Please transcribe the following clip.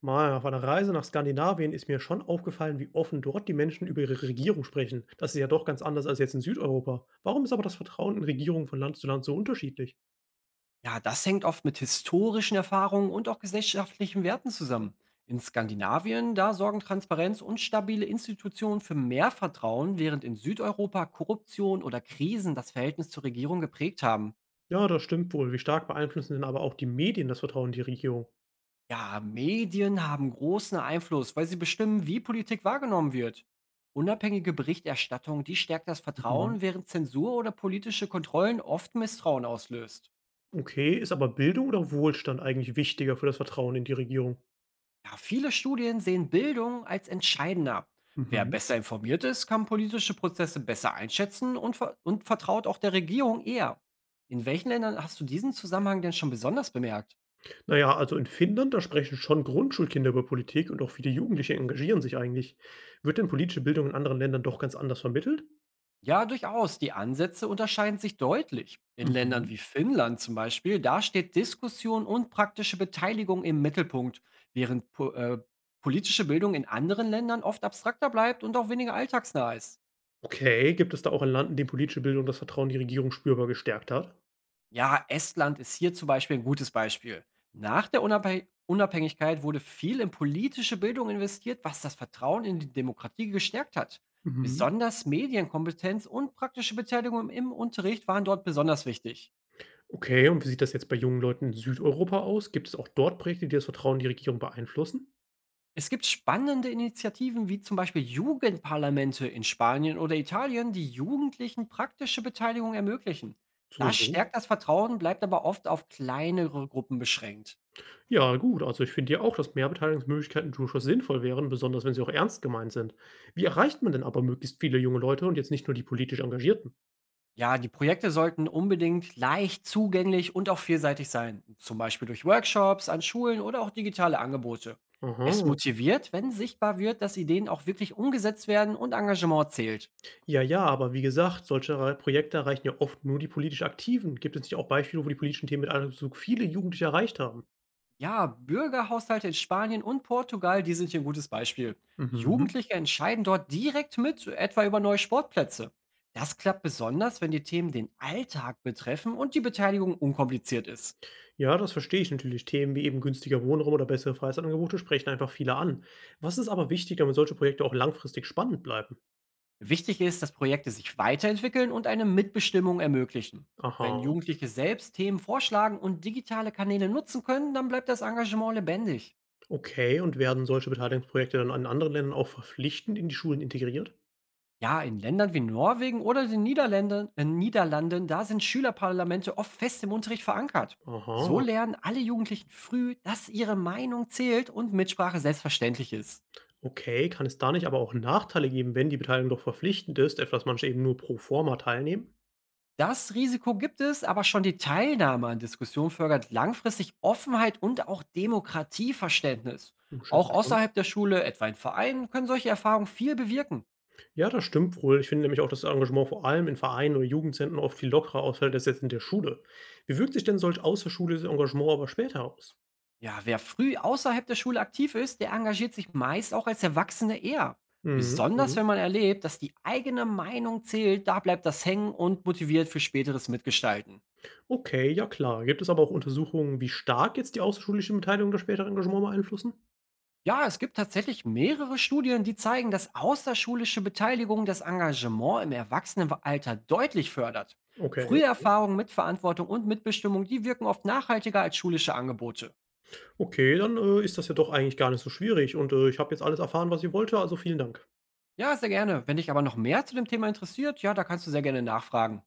Mal auf einer Reise nach Skandinavien ist mir schon aufgefallen, wie offen dort die Menschen über ihre Regierung sprechen. Das ist ja doch ganz anders als jetzt in Südeuropa. Warum ist aber das Vertrauen in Regierungen von Land zu Land so unterschiedlich? Ja, das hängt oft mit historischen Erfahrungen und auch gesellschaftlichen Werten zusammen. In Skandinavien, da sorgen Transparenz und stabile Institutionen für mehr Vertrauen, während in Südeuropa Korruption oder Krisen das Verhältnis zur Regierung geprägt haben. Ja, das stimmt wohl. Wie stark beeinflussen denn aber auch die Medien das Vertrauen in die Regierung? Ja, Medien haben großen Einfluss, weil sie bestimmen, wie Politik wahrgenommen wird. Unabhängige Berichterstattung, die stärkt das Mhm. Vertrauen, während Zensur oder politische Kontrollen oft Misstrauen auslöst. Okay, ist aber Bildung oder Wohlstand eigentlich wichtiger für das Vertrauen in die Regierung? Ja, viele Studien sehen Bildung als entscheidender. Wer Mhm. besser informiert ist, kann politische Prozesse besser einschätzen und, vertraut auch der Regierung eher. In welchen Ländern hast du diesen Zusammenhang denn schon besonders bemerkt? Naja, also in Finnland, da sprechen schon Grundschulkinder über Politik und auch viele Jugendliche engagieren sich eigentlich. Wird denn politische Bildung in anderen Ländern doch ganz anders vermittelt? Ja, durchaus. Die Ansätze unterscheiden sich deutlich. In Ländern wie Mhm. Finnland zum Beispiel, da steht Diskussion und praktische Beteiligung im Mittelpunkt, während po politische Bildung in anderen Ländern oft abstrakter bleibt und auch weniger alltagsnah ist. Okay, gibt es da auch ein Land, in dem politische Bildung das Vertrauen in die Regierung spürbar gestärkt hat? Ja, Estland ist hier zum Beispiel ein gutes Beispiel. Nach der Unabhängigkeit wurde viel in politische Bildung investiert, was das Vertrauen in die Demokratie gestärkt hat. Mhm. Besonders Medienkompetenz und praktische Beteiligung im Unterricht waren dort besonders wichtig. Okay, und wie sieht das jetzt bei jungen Leuten in Südeuropa aus? Gibt es auch dort Projekte, die das Vertrauen in die Regierung beeinflussen? Es gibt spannende Initiativen wie zum Beispiel Jugendparlamente in Spanien oder Italien, die Jugendlichen praktische Beteiligung ermöglichen. So, Das so. stärkt das Vertrauen, bleibt aber oft auf kleinere Gruppen beschränkt. Ja, gut, also ich finde ja auch, dass mehr Beteiligungsmöglichkeiten durchaus sinnvoll wären, besonders wenn sie auch ernst gemeint sind. Wie erreicht man denn aber möglichst viele junge Leute und jetzt nicht nur die politisch Engagierten? Ja, die Projekte sollten unbedingt leicht zugänglich und auch vielseitig sein, zum Beispiel durch Workshops an Schulen oder auch digitale Angebote. Es Aha. motiviert, wenn sichtbar wird, dass Ideen auch wirklich umgesetzt werden und Engagement zählt. Ja, ja, aber wie gesagt, solche Projekte erreichen ja oft nur die politisch Aktiven. Gibt es nicht auch Beispiele, wo die politischen Themen mit einem so viele Jugendliche erreicht haben? Ja, Bürgerhaushalte in Spanien und Portugal, die sind hier ein gutes Beispiel. Mhm. Jugendliche entscheiden dort direkt mit, etwa über neue Sportplätze. Das klappt besonders, wenn die Themen den Alltag betreffen und die Beteiligung unkompliziert ist. Ja, das verstehe ich natürlich. Themen wie eben günstiger Wohnraum oder bessere Freizeitangebote sprechen einfach viele an. Was ist aber wichtig, damit solche Projekte auch langfristig spannend bleiben? Wichtig ist, dass Projekte sich weiterentwickeln und eine Mitbestimmung ermöglichen. Wenn Aha, Jugendliche selbst Themen vorschlagen und digitale Kanäle nutzen können, dann bleibt das Engagement lebendig. okay. Und werden solche Beteiligungsprojekte dann in anderen Ländern auch verpflichtend in die Schulen integriert? Ja, in Ländern wie Norwegen oder den Niederlanden, Niederlanden, da sind Schülerparlamente oft fest im Unterricht verankert. So Aha, lernen alle Jugendlichen früh, dass ihre Meinung zählt und Mitsprache selbstverständlich ist. okay. Kann es da nicht aber auch Nachteile geben, wenn die Beteiligung doch verpflichtend ist, etwas manche eben nur pro forma teilnehmen? Das Risiko gibt es, aber schon die Teilnahme an Diskussionen fördert langfristig Offenheit und auch Demokratieverständnis. Hm, Auch Schätze schon. außerhalb der Schule, etwa in Vereinen, können solche Erfahrungen viel bewirken. Ja, das stimmt wohl. Ich finde nämlich auch, dass das Engagement vor allem in Vereinen oder Jugendzentren oft viel lockerer ausfällt als jetzt in der Schule. Wie wirkt sich denn solch außerschulisches Engagement aber später aus? Ja, wer früh außerhalb der Schule aktiv ist, der engagiert sich meist auch als Erwachsene eher. Mhm, Besonders wenn mhm. man erlebt, dass die eigene Meinung zählt, da bleibt das hängen und motiviert für späteres Mitgestalten. Okay, ja klar. Gibt es aber auch Untersuchungen, wie stark jetzt die außerschulische Beteiligung das spätere Engagement beeinflussen? Ja, es gibt tatsächlich mehrere Studien, die zeigen, dass außerschulische Beteiligung das Engagement im Erwachsenenalter deutlich fördert. Okay, Frühe Erfahrungen mit Verantwortung und Mitbestimmung, die wirken oft nachhaltiger als schulische Angebote. okay, dann, ist das ja doch eigentlich gar nicht so schwierig und, ich habe jetzt alles erfahren, was ich wollte, also vielen Dank. Ja, sehr gerne. Wenn dich aber noch mehr zu dem Thema interessiert, ja, da kannst du sehr gerne nachfragen.